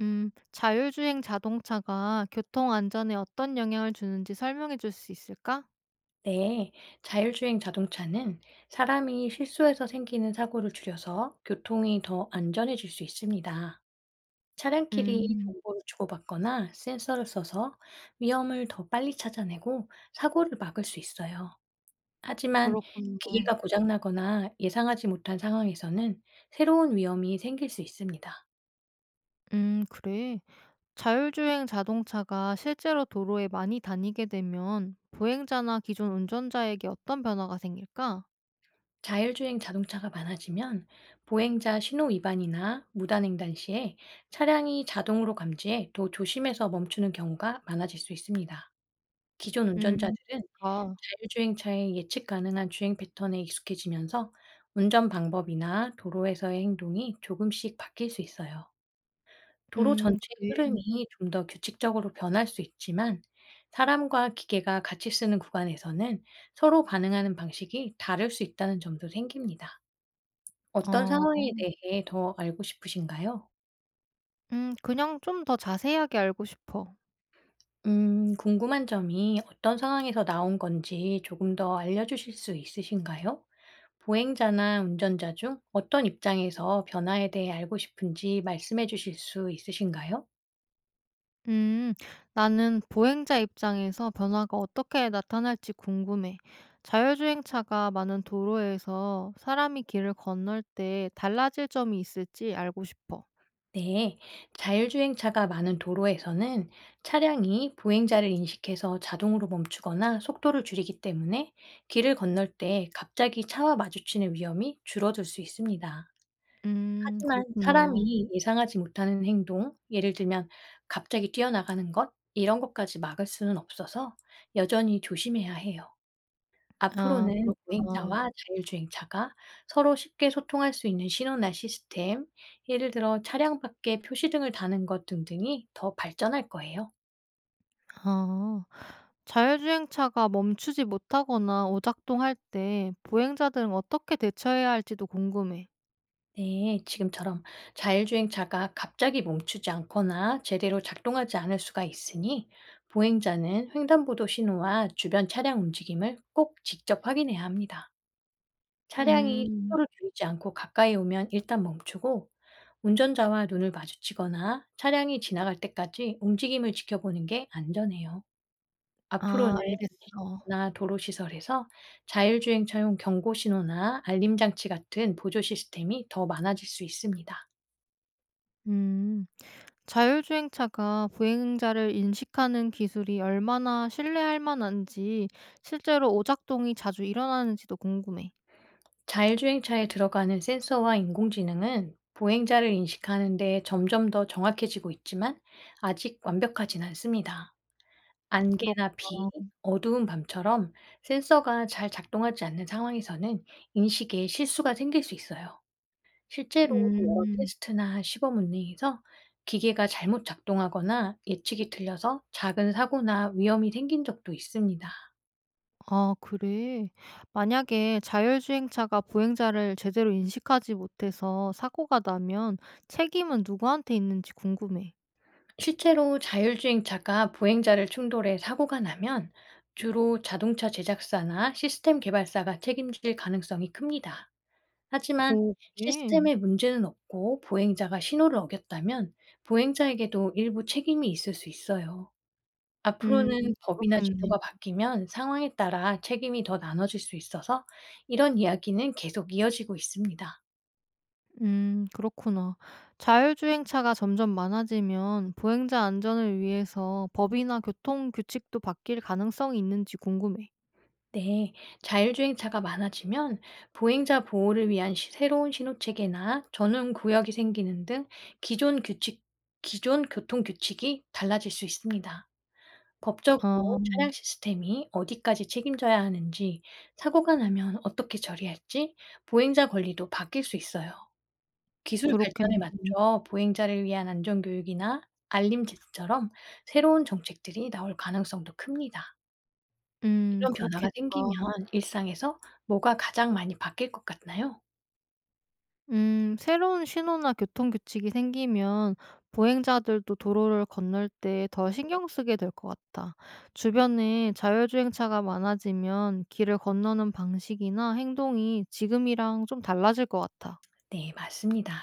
자율주행 자동차가 교통 안전에 어떤 영향을 주는지 설명해 줄 수 있을까? 네, 자율주행 자동차는 사람이 실수해서 생기는 사고를 줄여서 교통이 더 안전해질 수 있습니다. 차량끼리 음, 정보를 주고받거나 센서를 써서 위험을 더 빨리 찾아내고 사고를 막을 수 있어요. 그렇 하지만 군요 기계가 고장나거나 예상하지 못한 상황에서는 새로운 위험이 생길 수 있습니다. 그래. 자율주행 자동차가 실제로 도로에 많이 다니게 되면 보행자나 기존 운전자에게 어떤 변화가 생길까? 자율주행 자동차가 많아지면 보행자 신호 위반이나 무단횡단 시에 차량이 자동으로 감지해 더 조심해서 멈추는 경우가 많아질 수 있습니다. 기존 음, 운전자들은 좋다. 자율주행차의 예측 가능한 주행 패턴에 익숙해지면서 운전 방법이나 도로에서의 행동이 조금씩 바뀔 수 있어요. 도로 전체의 그래. 흐름이 좀 더 규칙적으로 변할 수 있지만 사람과 기계가 같이 쓰는 구간에서는 서로 반응하는 방식이 다를 수 있다는 점도 생깁니다. 어떤 어, 상황에 대해 더 알고 싶으신가요? 그냥 좀 더 자세하게 알고 싶어. 궁금한 점이 어떤 상황에서 나온 건지 조금 더 알려주실 수 있으신가요? 보행자나 운전자 중 어떤 입장에서 변화에 대해 알고 싶은지 말씀해 주실 수 있으신가요? 음, 나는 보행자 입장에서 변화가 어떻게 나타날지 궁금해. 자율주행차가 많은 도로에서 사람이 길을 건널 때 달라질 점이 있을지 알고 싶어. 네, 자율주행차가 많은 도로에서는 차량이 보행자를 인식해서 자동으로 멈추거나 속도를 줄이기 때문에 길을 건널 때 갑자기 차와 마주치는 위험이 줄어들 수 있습니다. 하지만 그렇구나. 사람이 예상하지 못하는 행동, 예를 들면 갑자기 뛰어나가는 것 이런 것까지 막을 수는 없어서 여전히 조심해야 해요. 아, 앞으로는 그렇구나. 보행자와 자율주행차가 서로 쉽게 소통할 수 있는 신호나 시스템, 예를 들어 차량 밖에 표시등을 다는 것 등등이 더 발전할 거예요. 아, 자율주행차가 멈추지 못하거나 오작동할 때 보행자들은 어떻게 대처해야 할지도 궁금해. 네, 지금처럼 자율주행차가 갑자기 멈추지 않거나 제대로 작동하지 않을 수가 있으니 보행자는 횡단보도 신호와 주변 차량 움직임을 꼭 직접 확인해야 합니다. 차량이 음, 속도를 줄이지 않고 가까이 오면 일단 멈추고 운전자와 눈을 마주치거나 차량이 지나갈 때까지 움직임을 지켜보는 게 안전해요. 앞으로는 아, 알겠어. 나 도로 시설에서 자율주행 차용 경고 신호나 알림 장치 같은 보조 시스템이 더 많아질 수 있습니다. 음. 자율주행차가 보행자를 인식하는 기술이 얼마나 신뢰할 만한지, 실제로 오작동이 자주 일어나는지도 궁금해. 자율주행차에 들어가는 센서와 인공지능은 보행자를 인식하는 데 점점 더 정확해지고 있지만 아직 완벽하진 않습니다. 안개나 비, 그렇구나. 어두운 밤처럼 센서가 잘 작동하지 않는 상황에서는 인식에 실수가 생길 수 있어요. 실제로 여러 음. 테스트나 시범 운행에서 기계가 잘못 작동하거나 예측이 틀려서 작은 사고나 위험이 생긴 적도 있습니다. 아, 그래? 만약에 자율주행차가 보행자를 제대로 인식하지 못해서 사고가 나면 책임은 누구한테 있는지 궁금해. 실제로 자율주행차가 보행자를 충돌해 사고가 나면 주로 자동차 제작사나 시스템 개발사가 책임질 가능성이 큽니다. 하지만 오, 그래? 시스템에 문제는 없고 보행자가 신호를 어겼다면 보행자에게도 일부 책임이 있을 수 있어요. 음. 음, 앞으로는 법이나 그렇겠네. 제도가 바뀌면 상황에 따라 책임이 더 나눠질 수 있어서 이런 이야기는 계속 이어지고 있습니다. 그렇구나. 자율주행차가 점점 많아지면 보행자 안전을 위해서 법이나 교통 규칙도 바뀔 가능성이 있는지 궁금해. 네, 자율주행차가 많아지면 보행자 보호를 위한 새로운 신호체계나 전용 구역이 생기는 등 기존 규칙, 기존 교통 규칙이 달라질 수 있습니다. 아, 법적으로 차량 시스템이 어디까지 책임져야 하는지, 사고가 나면 어떻게 처리할지, 보행자 권리도 바뀔 수 있어요. 기술 발전에 그렇겠네. 맞춰 보행자를 위한 안전교육이나 알림 제스처럼 새로운 정책들이 나올 가능성도 큽니다. 이런 변화가 그렇겠다. 생기면 일상에서 뭐가 가장 많이 바뀔 것 같나요? 새로운 신호나 교통 규칙이 생기면 보행자들도 도로를 건널 때 더 신경 쓰게 될 것 같다. 주변에 자율주행차가 많아지면 길을 건너는 방식이나 행동이 지금이랑 좀 달라질 것 같아. 네, 맞습니다.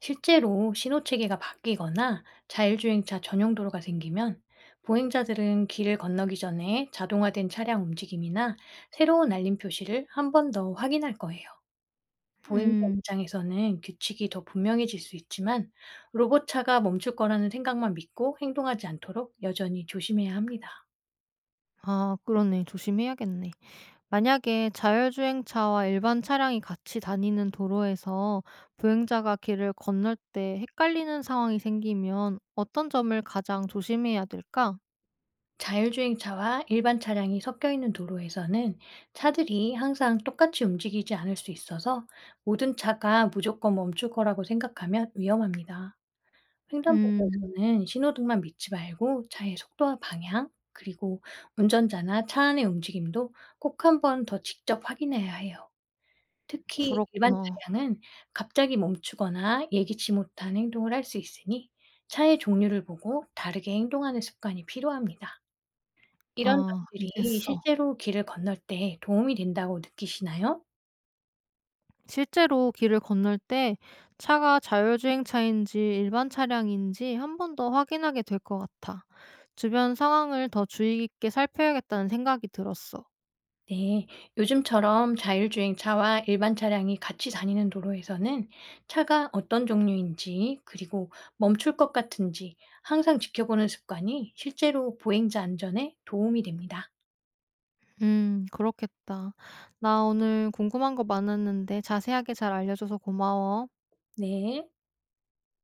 실제로 신호 체계가 바뀌거나 자율주행차 전용 도로가 생기면 보행자들은 길을 건너기 전에 자동화된 차량 움직임이나 새로운 알림 표시를 한 번 더 확인할 거예요. 보행자 음. 입장에서는 규칙이 더 분명해질 수 있지만 로봇차가 멈출 거라는 생각만 믿고 행동하지 않도록 여전히 조심해야 합니다. 아, 그러네. 조심해야겠네. 만약에 자율주행차와 일반 차량이 같이 다니는 도로에서 보행자가 길을 건널 때 헷갈리는 상황이 생기면 어떤 점을 가장 조심해야 될까? 자율주행차와 일반 차량이 섞여 있는 도로에서는 차들이 항상 똑같이 움직이지 않을 수 있어서 모든 차가 무조건 멈출 거라고 생각하면 위험합니다. 음. 횡단보도에서는 신호등만 믿지 말고 차의 속도와 방향, 그리고 운전자나 차 안의 움직임도 꼭 한번 더 직접 확인해야 해요. 특히 일반 그렇구나. 차량은 갑자기 멈추거나 예기치 못한 행동을 할 수 있으니 차의 종류를 보고 다르게 행동하는 습관이 필요합니다. 이런 아, 점들이 알겠어. 실제로 길을 건널 때 도움이 된다고 느끼시나요? 실제로 길을 건널 때 차가 자율주행차인지 일반 차량인지 한 번 더 확인하게 될 것 같아. 주변 상황을 더 주의 깊게 살펴야겠다는 생각이 들었어. 네. 요즘처럼 자율주행차와 일반 차량이 같이 다니는 도로에서는 차가 어떤 종류인지 그리고 멈출 것 같은지 항상 지켜보는 습관이 실제로 보행자 안전에 도움이 됩니다. 그렇겠다. 나 오늘 궁금한 거 많았는데 자세하게 잘 알려줘서 고마워. 네.